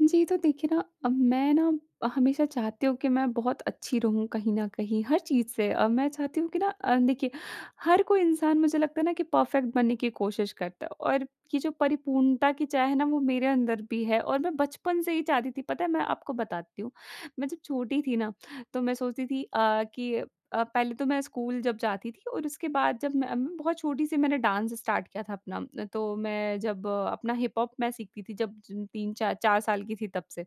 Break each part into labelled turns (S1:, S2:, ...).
S1: जी, तो देखिए ना अब मैं ना हमेशा चाहती हूँ कि मैं बहुत अच्छी रहूँ कहीं न कहीं हर चीज़ से। मैं चाहती हूँ कि ना देखिए, हर कोई इंसान मुझे लगता है ना कि परफ़ेक्ट बनने की कोशिश करता है, और ये जो परिपूर्णता की चाह है ना, वो मेरे अंदर भी है और मैं बचपन से ही चाहती थी। पता है, मैं आपको बताती हूँ, मैं जब छोटी थी ना, तो मैं सोचती थी कि पहले तो मैं स्कूल जब जाती थी, और उसके बाद जब मैं बहुत छोटी सी मैंने डांस स्टार्ट किया था अपना। तो मैं जब अपना हिप हॉप मैं सीखती थी, जब ज 3 चा 4 साल की थी तब से।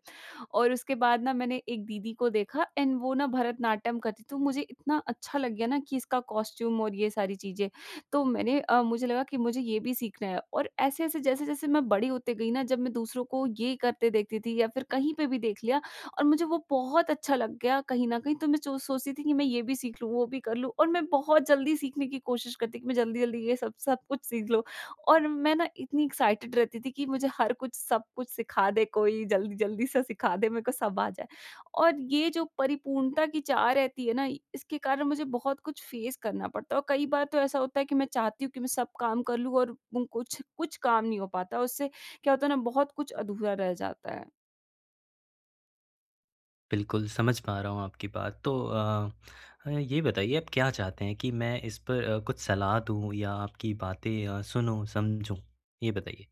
S1: और उसके बाद ना मैंने एक दीदी को देखा एंड वो ना भरतनाट्यम करती, तो मुझे इतना अच्छा लग गया ना कि इसका कॉस्ट्यूम और ये सारी चीज़ें। तो मैंने मुझे लगा कि मुझे ये भी सीखना है, और ऐसे-ऐसे जैसे-जैसे मैं बड़ी होते गई ना, जब मैं दूसरों को ये करते देखती थी या फिर कहीं पे भी देख लिया और मुझे वो बहुत अच्छा लग गया कहीं न कहीं, तो मैं चो सोचती थी कि मैं ये भी सीख लूँ, वो भी कर लूँ, और मैं बहुत जल्दी सीखने की कोशिश करती कि मैं जल्दी-जल्दी ये सब सब कुछ सीख लूँ। और मैं ना इतनी एक्साइटेड रहती थी कि मुझे हर कुछ सब कुछ सिखा दे कोई, जल्दी-जल्दी से सिखा दे, मेरे को सब आ जाए। और ये जो परिपूर्णता की चाह रहती है ना, इसके कारण मुझे बहुत कुछ फेस करना पड़ता है, और कई बार तो ऐसा होता है कि मैं चाहती हूँ कि मैं सब काम कर लूँ और कुछ कुछ काम नहीं हो पाता, उससे क्या होता है ना, बहुत कुछ अधूरा रह जाता है।
S2: बिल्कुल, समझ पा रहा हूँ आपकी बात। तो ये बताइए आप क्या चाहते हैं कि मैं इस पर कुछ सलाह दूँ या आपकी बातें सुनूँ, समझूँ? ये बताइए।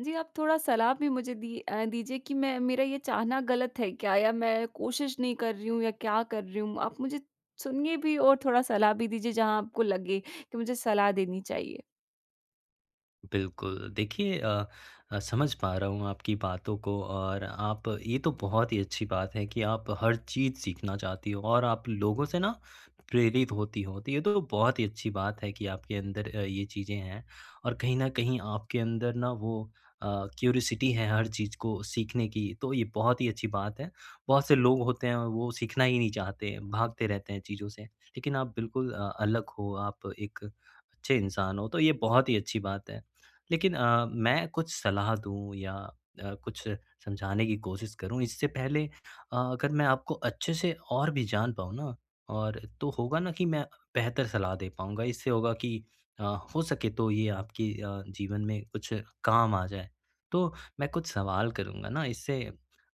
S1: जी, आप थोड़ा सलाह भी मुझे दीजिए कि मैं, मेरा ये चाहना गलत है क्या? या मैं कोशिश नहीं कर रही हूँ, या क्या कर रही हूँ? आप मुझे सुनिए भी और थोड़ा सलाह भी दीजिए जहाँ आपको लगे कि मुझे सलाह देनी चाहिए।
S2: बिल्कुल। देखिए समझ पा रहा हूँ आपकी बातों को और आप ये तो बहुत ही अच्छी बात है कि आप हर चीज़ सीखना चाहती हो और आप लोगों से ना प्रेरित होती हो। तो ये तो बहुत ही अच्छी बात है कि आपके अंदर ये चीज़ें हैं और कहीं न कहीं आपके अंदर ना वो अ, क्यूरोसिटी है हर चीज़ को सीखने की, तो ये बहुत ही अच्छी बात है। बहुत से लोग होते हैं वो सीखना ही नहीं चाहते, भागते रहते हैं चीज़ों से। लेकिन आप बिल्कुल अलग हो, आप एक अच्छे इंसान हो, तो ये बहुत ही अच्छी बात है। लेकिन मैं कुछ सलाह दूँ या कुछ समझाने की कोशिश करूँ, इससे पहले अगर मैं आपको अच्छे से और भी जान पाऊँ ना और तो होगा ना कि मैं बेहतर सलाह दे पाऊँगा। इससे होगा कि अ, हो सके तो ये आपकी जीवन में कुछ काम आ जाए। तो मैं कुछ सवाल करूँगा ना इससे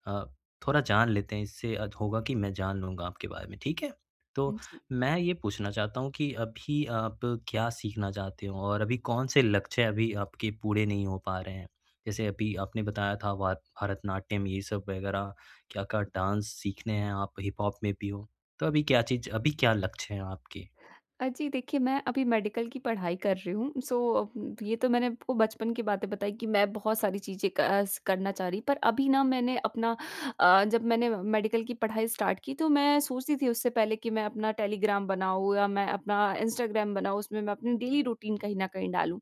S2: अ, थोड़ा जान लेते हैं, इससे होगा कि मैं जान लूँगा आपके बारे में, ठीक है? तो
S1: जी।
S2: मैं ये पूछना चाहता हूँ कि अभी आप क्या सीखना चाहते हो? और अभी कौन-से लक्ष्य अभी आपके पूरे नहीं हो पा रहे हैं? जैसे अभी आपने बताया था भा भरतनाट्यम ये सब वगैरह, क्या-क्या डांस सीखने हैं आप हिप हॉप में भी हो। तो अभी क्या चीज़ अभी क्या लक्ष्य हैं आपके?
S1: जी देखिए, मैं अभी मेडिकल की पढ़ाई कर रही हूँ। सो ये तो मैंने आपको बचपन की बातें बताई कि मैं बहुत सारी चीज़ें क अ, स करना चाह रही, पर अभी ना मैंने अपना, जब मैंने मेडिकल की पढ़ाई स्टार्ट की, तो मैं सोचती थी उससे पहले कि मैं अपना टेलीग्राम बनाऊँ या मैं अपना इंस्टाग्राम बनाऊँ, उसमें मैं अपनी डेली रूटीन कहीं न कहीं डालूँ।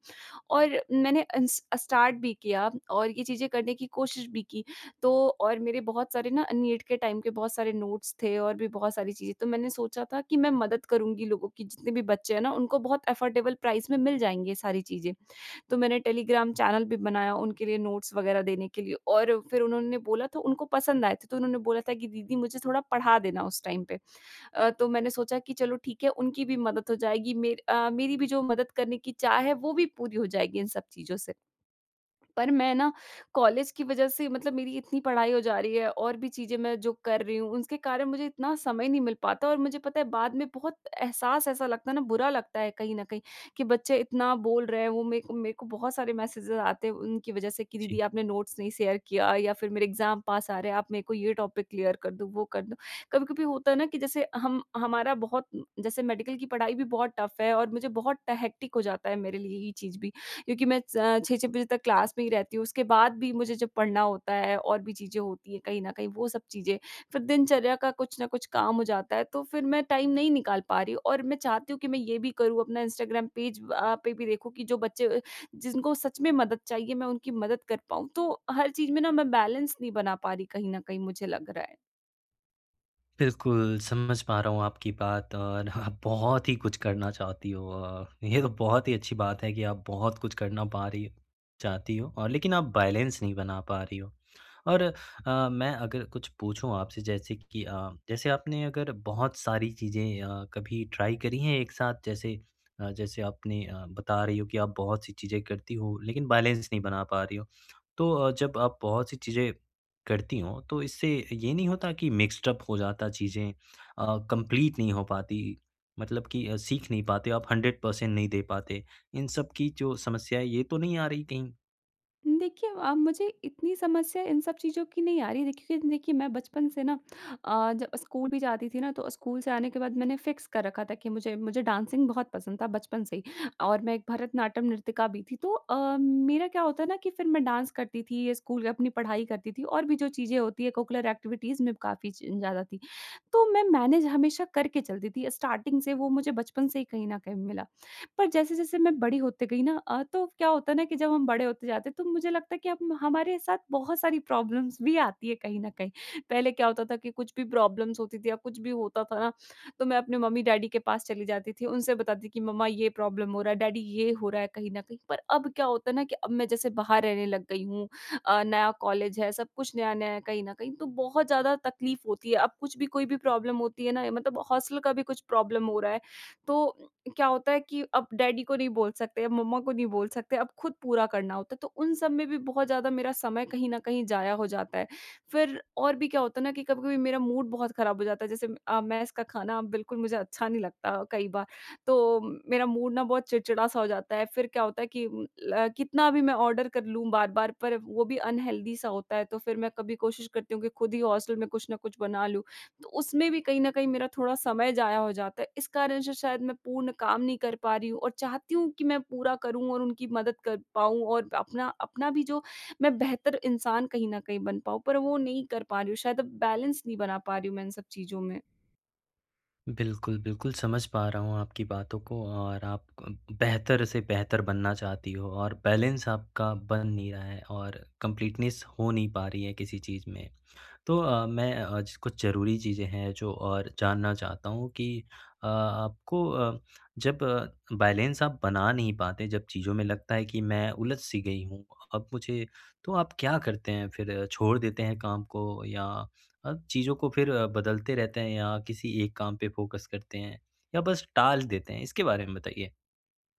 S1: और मैंने इंस स्टार्ट भी किया और ये चीज़ें करने की कोशिश भी की, तो, और मेरे बहुत सारे ना नीट के टाइम के बहुत सारे नोट्स थे और भी बहुत सारी चीज़ें। तो मैंने सोचा था कि मैं मदद करूँगी लोगों की, जितने भी बच्चे हैं ना, उनको बहुत अफोर्डेबल प्राइस में मिल जाएँगी ये सारी चीज़ें। तो मैंने टेलीग्राम चैनल भी बनाया उनके लिए नोट्स वगैरह देने के लिए, और फिर उन्होंने बोला तो उनको पसंद आए थे। तो उन्होंने बोला था कि दीदी मुझे थोड़ा पढ़ा देना उस टाइम पे। तो मैंने सोचा कि चलो ठीक है, उनकी भी मदद हो जाएगी। मेरी भी जो मदद करने की चाह है, वो भी पूरी हो जाएगी इन सब चीज़ों से। पर मैं ना, कॉलेज की वजह से मतलब मेरी इतनी पढ़ाई हो जा रही है और भी चीज़ें मैं जो कर रही हूँ, उसके कारण मुझे इतना समय नहीं मिल पाता, और मुझे पता है बाद में बहुत एहसास ऐसा लगता है ना, बुरा लगता है कहीं न कहीं, कि बच्चे इतना बोल रहे हैं, वो मेरे को बहुत सारे मैसेजेज़ आते हैं उनकी वजह से, कि
S2: जी।
S1: दीदी आपने नोट्स नहीं शेयर किया, या फिर मेरे एग्ज़ाम पास आ रहे हैं, आप मेरे को ये टॉपिक क्लियर कर दो, वो कर दो। कभी-कभी होता है ना कि जैसे हम हमारा बहुत, जैसे मेडिकल की पढ़ाई भी बहुत टफ़ है, और मुझे बहुत हेक्टिक हो जाता है मेरे लिए ये चीज़ भी। क्योंकि मैं 6-6 बजे तक क्लास में ही रहती हूँ। उसके बाद भी मुझे जब पढ़ना होता है और भी चीज़ें होती हैं कहीं न कहीं, वो सब चीज़ें, फिर दिनचर्या का कुछ न कुछ काम हो जाता है, तो फिर मैं टाइम नहीं निकाल पा रही, और मैं चाहती हूँ कि मैं ये भी करूँ, अपना इंस्टाग्राम पेज पे भी देखूँ कि जो बच्चे, जिनको सच में मदद चाहिए, मैं उनकी मदद कर पाऊँ। तो हर चीज़ में ना मैं बैलेंस नहीं बना पा रही कहीं न कहीं, मुझे लग रहा है।
S2: बिल्कुल, समझ पा रहा हूँ आपकी बात और आप बहुत ही कुछ करना चाहती हो ये तो बहुत ही अच्छी बात है कि आप बहुत कुछ करना पा रही हो चाहती हो और लेकिन आप बैलेंस नहीं बना पा रही हो। और मैं अगर कुछ पूछूँ आपसे जैसे कि जैसे आपने अगर बहुत सारी चीज़ें कभी ट्राई करी हैं एक साथ जैसे जैसे आपने बता रही हो कि आप बहुत सी चीज़ें करती हो लेकिन बैलेंस नहीं बना पा रही हो। तो जब आप बहुत सी चीज़ें करती हो, तो इससे ये नहीं होता कि मिक्स्ड अप हो जाता चीज़ें कंप्लीट नहीं हो पाती, मतलब कि सीख नहीं पाते, आप 100% नहीं दे पाते। इन सब की जो समस्या है, ये तो नहीं आ रही कहीं?
S1: देखिए, मुझे इतनी समस्या इन सब चीज़ों की नहीं आ रही है, क्योंकि देखिए, मैं बचपन से ना, जब स्कूल भी जाती थी ना, तो स्कूल से आने के बाद मैंने फिक्स कर रखा था कि मुझे मुझे डांसिंग बहुत पसंद था बचपन से ही, और मैं एक भरतनाट्यम नृत्यिका भी थी। तो मेरा क्या होता ना कि फिर मैं डांस करती थी, ये स्कूल, अपनी पढ़ाई करती थी, और भी जो चीज़ें होती है कोकुलर एक्टिविटीज़ में, काफ़ी ज़्यादा थी। तो मैं मैनेज हमेशा करके चलती थी। स्टार्टिंग से वो मुझे बचपन से ही कहीं न कहीं मिला। पर जैसे-जैसे मैं बड़ी होते गई ना, तो क्या होता है ना, कि जब हम बड़े होते जाते हैं, तो मुझे लगता है कि अब हमारे साथ बहुत सारी प्रॉब्लम्स भी आती है कहीं न कहीं। पहले क्या होता था कि कुछ भी प्रॉब्लम्स होती थी या कुछ भी होता था ना, तो मैं अपने मम्मी-डैडी के पास चली जाती थी। उनसे बताती कि मम्मा, ये प्रॉब्लम हो रहा है, डैडी, ये हो रहा है कहीं न कहीं। पर अब क्या होता है ना, कि अब मैं जैसे बाहर रहने लग गई हूँ, नया कॉलेज है, सब कुछ नया-नया है कहीं न कहीं, तो बहुत ज़्यादा तकलीफ़ होती है। अब कुछ भी कोई भी प्रॉब्लम होती है ना, मतलब हॉस्टल का भी कुछ प्रॉब्लम हो रहा है, तो क्या होता है कि अब डैडी को नहीं बोल सकते, अब मम्मा को नहीं बोल सकते, अब खुद पूरा करना होता है, तो उन सब में भी बहुत ज़्यादा मेरा समय कहीं न कहीं ज़ाया हो जाता है। फिर और भी क्या होता है ना, कि कभी-कभी मेरा मूड बहुत खराब हो जाता है, जैसे, मेस का खाना बिल्कुल मुझे अच्छा नहीं लगता कई बार, तो मेरा मूड ना बहुत चिड़चिड़ा-सा हो जाता है। फिर क्या होता है कि उम, ल कितना भी मैं ऑर्डर कर लूँ बार-बार, पर वो भी अनहेल्दी-सा होता है, तो फिर मैं कभी कोशिश करती हूँ कि खुद ही हॉस्टल में कुछ न कुछ बना लूँ। तो उसमें भी कहीं न कहीं मेरा थोड़ा समय ज़ाया हो जाता है। इस कारण से शायद मैं पूर्ण काम नहीं कर पा रही हूँ, और चाहती हूँ कि मैं पूरा करूँ और उनकी मदद कर पाऊँ, और अपना अपना भी जो मैं बेहतर इंसान कहीं न कहीं बन पाऊँ, पर वो नहीं कर पा रही हूँ। शायद अब बैलेंस नहीं बना पा रही हूँ मैं इन सब चीज़ों में।
S2: बिल्कुल, बिल्कुल समझ पा रहा हूँ आपकी बातों को और आप क बेहतर से बेहतर बनना चाहती हो और बैलेंस आपका बन नहीं रहा है और कंप्लीटनेस हो नहीं पा रही है किसी चीज़ में। तो मैं ज कुछ ज़रूरी चीज़ें हैं जो और जानना चाहता हूँ कि आपको जब बैलेंस आप बना नहीं पाते, जब चीज़ों में लगता है कि मैं उलझ-सी गई हूँ, अब मुझे तो आप क्या करते हैं फिर? छोड़ देते हैं काम को या चीज़ों को फिर बदलते रहते हैं या किसी एक काम पे फ़ोकस करते हैं या बस टाल देते हैं? इसके बारे में बताइए।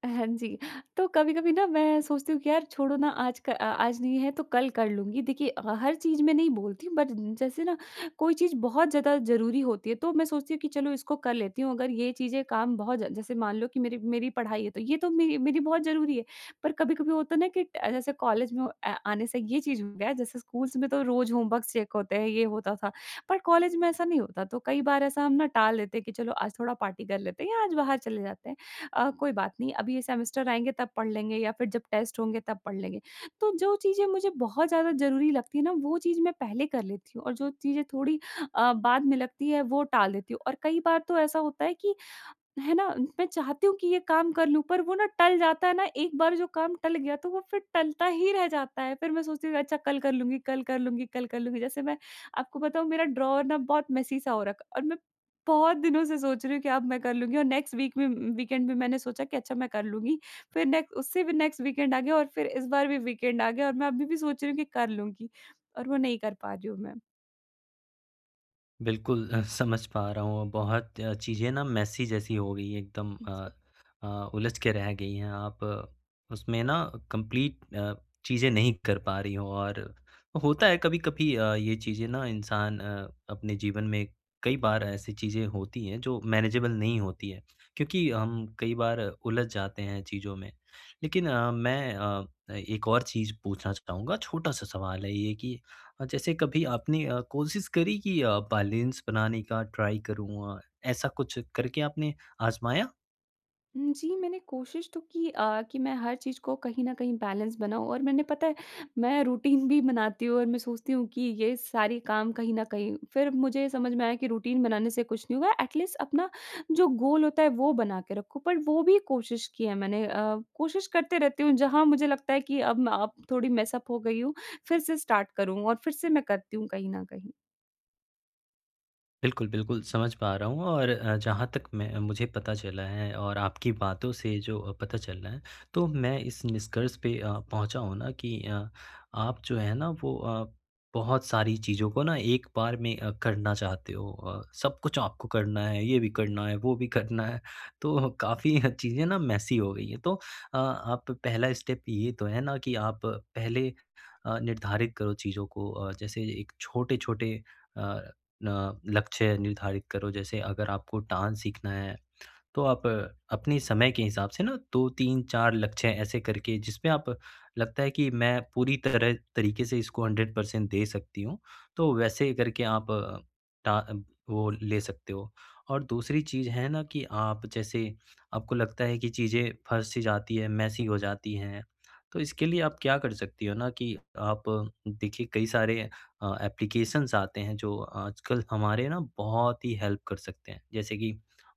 S1: हाँ जी, तो कभी-कभी ना मैं सोचती हूँ कि यार छोड़ो ना, आज आज नहीं है तो कल कर लूँगी। देखिए, हर चीज़ में नहीं बोलती हूँ, बट जैसे ना कोई चीज़ बहुत ज़्यादा ज़रूरी होती है, तो मैं सोचती हूँ कि चलो इसको कर लेती हूँ। अगर ये चीज़ें, काम बहुत ज जैसे मान लो कि मेरी मेरी पढ़ाई है, तो ये तो मेरी मेरी बहुत ज़रूरी है। पर कभी-कभी होता है ना कि ट जैसे कॉलेज में आने से ये चीज़ हो गया, जैसे स्कूल्स में तो रोज़ होमवर्क चेक होते हैं, ये होता था। पर कॉलेज में ऐसा नहीं होता, तो कई बार ऐसा हम ना टाल देते हैं कि चलो आज थोड़ा पार्टी कर लेते हैं, या आज बाहर चले जाते हैं। कोई बात नहीं, अभी ये सेमेस्टर आएँगे तब पढ़ लेंगे, या फिर जब टेस्ट होंगे तब पढ़ लेंगे। तो जो चीज़ें मुझे बहुत ज़्यादा ज़रूरी लगती है ना, वो चीज़ मैं पहले कर लेती हूँ, और जो चीज़ें थोड़ी बाद में लगती है वो टाल देती हूँ, और कई बार तो ऐसा होता है कि, है ना? मैं चाहती हूँ कि ये काम कर लूँ, पर वो ना टल जाता है ना, एक बार जो काम टल गया तो वो फिर टलता ही रह जाता है। फिर मैं सोचती हूँ अच्छा कल कर लूँगी, कल कर लूँगी, कल कर लूँगी। जैसे मैं आपको बताऊँ, मेरा ड्रॉवर ना बहुत मेसी सा हो रखा, और मैं बहुत दिनों से सोच रही हूँ कि अब मैं कर लूँगी, और नेक्स्ट वीक में, वीकेंड में मैंने सोचा कि अच्छा मैं कर लूँगी। फिर नेक्स्ट, उससे भी नेक्स्ट वीकेंड आ गया, और फिर इस बार भी वीकेंड आ गया, और मैं अभी भी सोच रही हूँ कि कर लूँगी, और वो नहीं कर पा रही हूँ मैं।
S2: बिल्कुल समझ पा रहा हूँ। बहुत चीज़ें ना मेसी जैसी हो गई हैं एकदम
S1: जी।
S2: अ, उलझ के रह गई हैं। आप उसमें ना कंप्लीट चीज़ें नहीं कर पा रही हो और होता है कभी-कभी ये चीज़ें ना इंसान अपने जीवन में कई बार ऐसी चीज़ें होती हैं जो मैनेजेबल नहीं होती हैं, क्योंकि हम कई बार उलझ जाते हैं चीज़ों में। लेकिन मैं एक और चीज़ पूछना चाहूँगा, छोटा-सा सवाल है ये कि जैसे कभी आपने कोशिश करी कि बैलेंस बनाने का ट्राई करूँ ऐसा कुछ करके आपने आज़माया?
S1: हुँ, जी, मैंने कोशिश तो की कि मैं हर चीज़ को कहीं न कहीं बैलेंस बनाऊँ, और मैंने, पता है, मैं रूटीन भी बनाती हूँ और मैं सोचती हूँ कि ये सारे काम कहीं न कहीं, फिर मुझे समझ में आया कि रूटीन बनाने से कुछ नहीं होगा, एटलीस्ट अपना जो गोल होता है, वो बना के रखो। पर वो भी कोशिश की है मैंने, कोशिश करते रहती हूँ, जहाँ मुझे लगता है कि अब मैं, अब थोड़ी मेसअप हो गई हूँ, फिर से स्टार्ट करूँ, और फिर से मैं करती हूँ कहीं न कहीं।
S2: बिल्कुल, बिल्कुल, समझ पा रहा हूँ और जहाँ तक मैं मुझे पता चला है और आपकी बातों से जो पता चल रहा है, तो मैं इस निष्कर्ष पे पहुँचा हूँ ना कि आप जो है ना वो बहुत सारी चीज़ों को ना एक बार में करना चाहते हो। सब कुछ आपको करना है, ये भी करना है, वो भी करना है, तो काफ़ी चीज़ें ना मेसी हो गई हैं। तो आप पहला स्टेप ये तो है ना कि आप पहले निर्धारित करो चीज़ों को जैसे एक छोटे-छोटे अ, न लक्ष्य निर्धारित करो। जैसे अगर आपको डांस सीखना है तो आप अपने समय के हिसाब से ना 2, 3, 4 लक्ष्य ऐसे करके जिसमें आप लगता है कि मैं पूरी तरह तरीके से इसको 100% दे सकती हूँ, तो वैसे करके आप टा अ, वो ले सकते हो। और दूसरी चीज़ है ना कि आप जैसे आपको लगता है कि चीज़ें फँस सी जाती है, मेसी हो जाती हैं, तो इसके लिए आप क्या कर सकती हो ना कि आप देखिए कई सारे एप्लीकेशंस आते हैं जो आजकल हमारे ना बहुत ही हेल्प कर सकते हैं। जैसे कि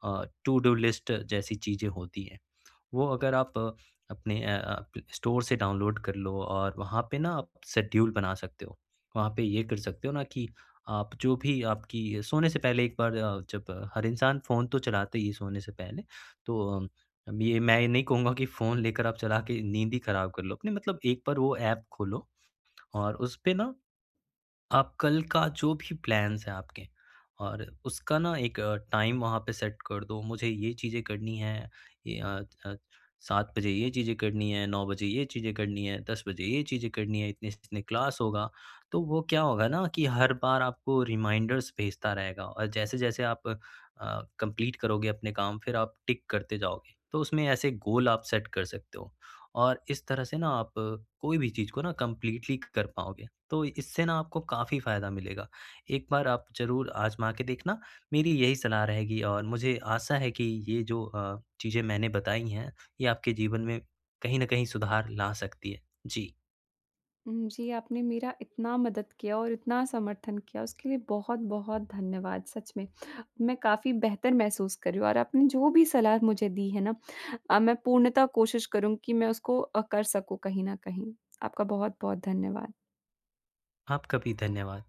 S2: टू डू लिस्ट जैसी चीज़ें होती हैं, वो अगर आप अपने स्टोर से डाउनलोड कर लो और वहाँ पे ना आप शेड्यूल बना सकते हो। वहाँ पे ये कर सकते हो ना कि आप जो भी आपकी सोने से पहले एक बार जब हर इंसान फ़ोन तो चलाते ही है सोने से पहले, तो अब ये मैं ये नहीं कहूँगा कि फ़ोन लेकर आप चला के नींद ही खराब कर लो अपनी मतलब एक बार वो ऐप खोलो और उस पे ना आप कल का जो भी प्लान्स हैं आपके और उसका ना एक टाइम वहाँ पे सेट कर दो। मुझे ये चीज़ें करनी हैं, ये अ, 7 बजे ये चीज़ें करनी है, 9 बजे ये चीज़ें करनी है, 10 बजे ये चीज़ें करनी है, इतने से इतने क्लास होगा। तो वो क्या होगा ना कि हर बार आपको रिमाइंडर्स भेजता रहेगा और जैसे-जैसे आप कंप्लीट करोगे अपने काम फिर आप टिक करते जाओगे। तो उसमें ऐसे गोल आप सेट कर सकते हो और इस तरह से ना आप कोई भी चीज़ को ना कंप्लीटली कर पाओगे। तो इससे ना आपको काफ़ी फ़ायदा मिलेगा। एक बार आप ज़रूर आज़मा के देखना, मेरी यही सलाह रहेगी और मुझे आशा है कि ये जो चीज़ें मैंने बताई हैं, ये आपके जीवन में कहीं न कहीं सुधार ला सकती है। जी,
S1: जी, आपने मेरा इतना मदद किया और इतना समर्थन किया, उसके लिए बहुत-बहुत धन्यवाद सच में। मैं काफ़ी बेहतर महसूस कर रही हूँ, और आपने जो भी सलाह मुझे दी है ना, मैं पूर्णतः कोशिश करूँगी कि मैं उसको कर सकूँ कहीं न कहीं। आपका बहुत-बहुत धन्यवाद।
S2: आपका भी धन्यवाद।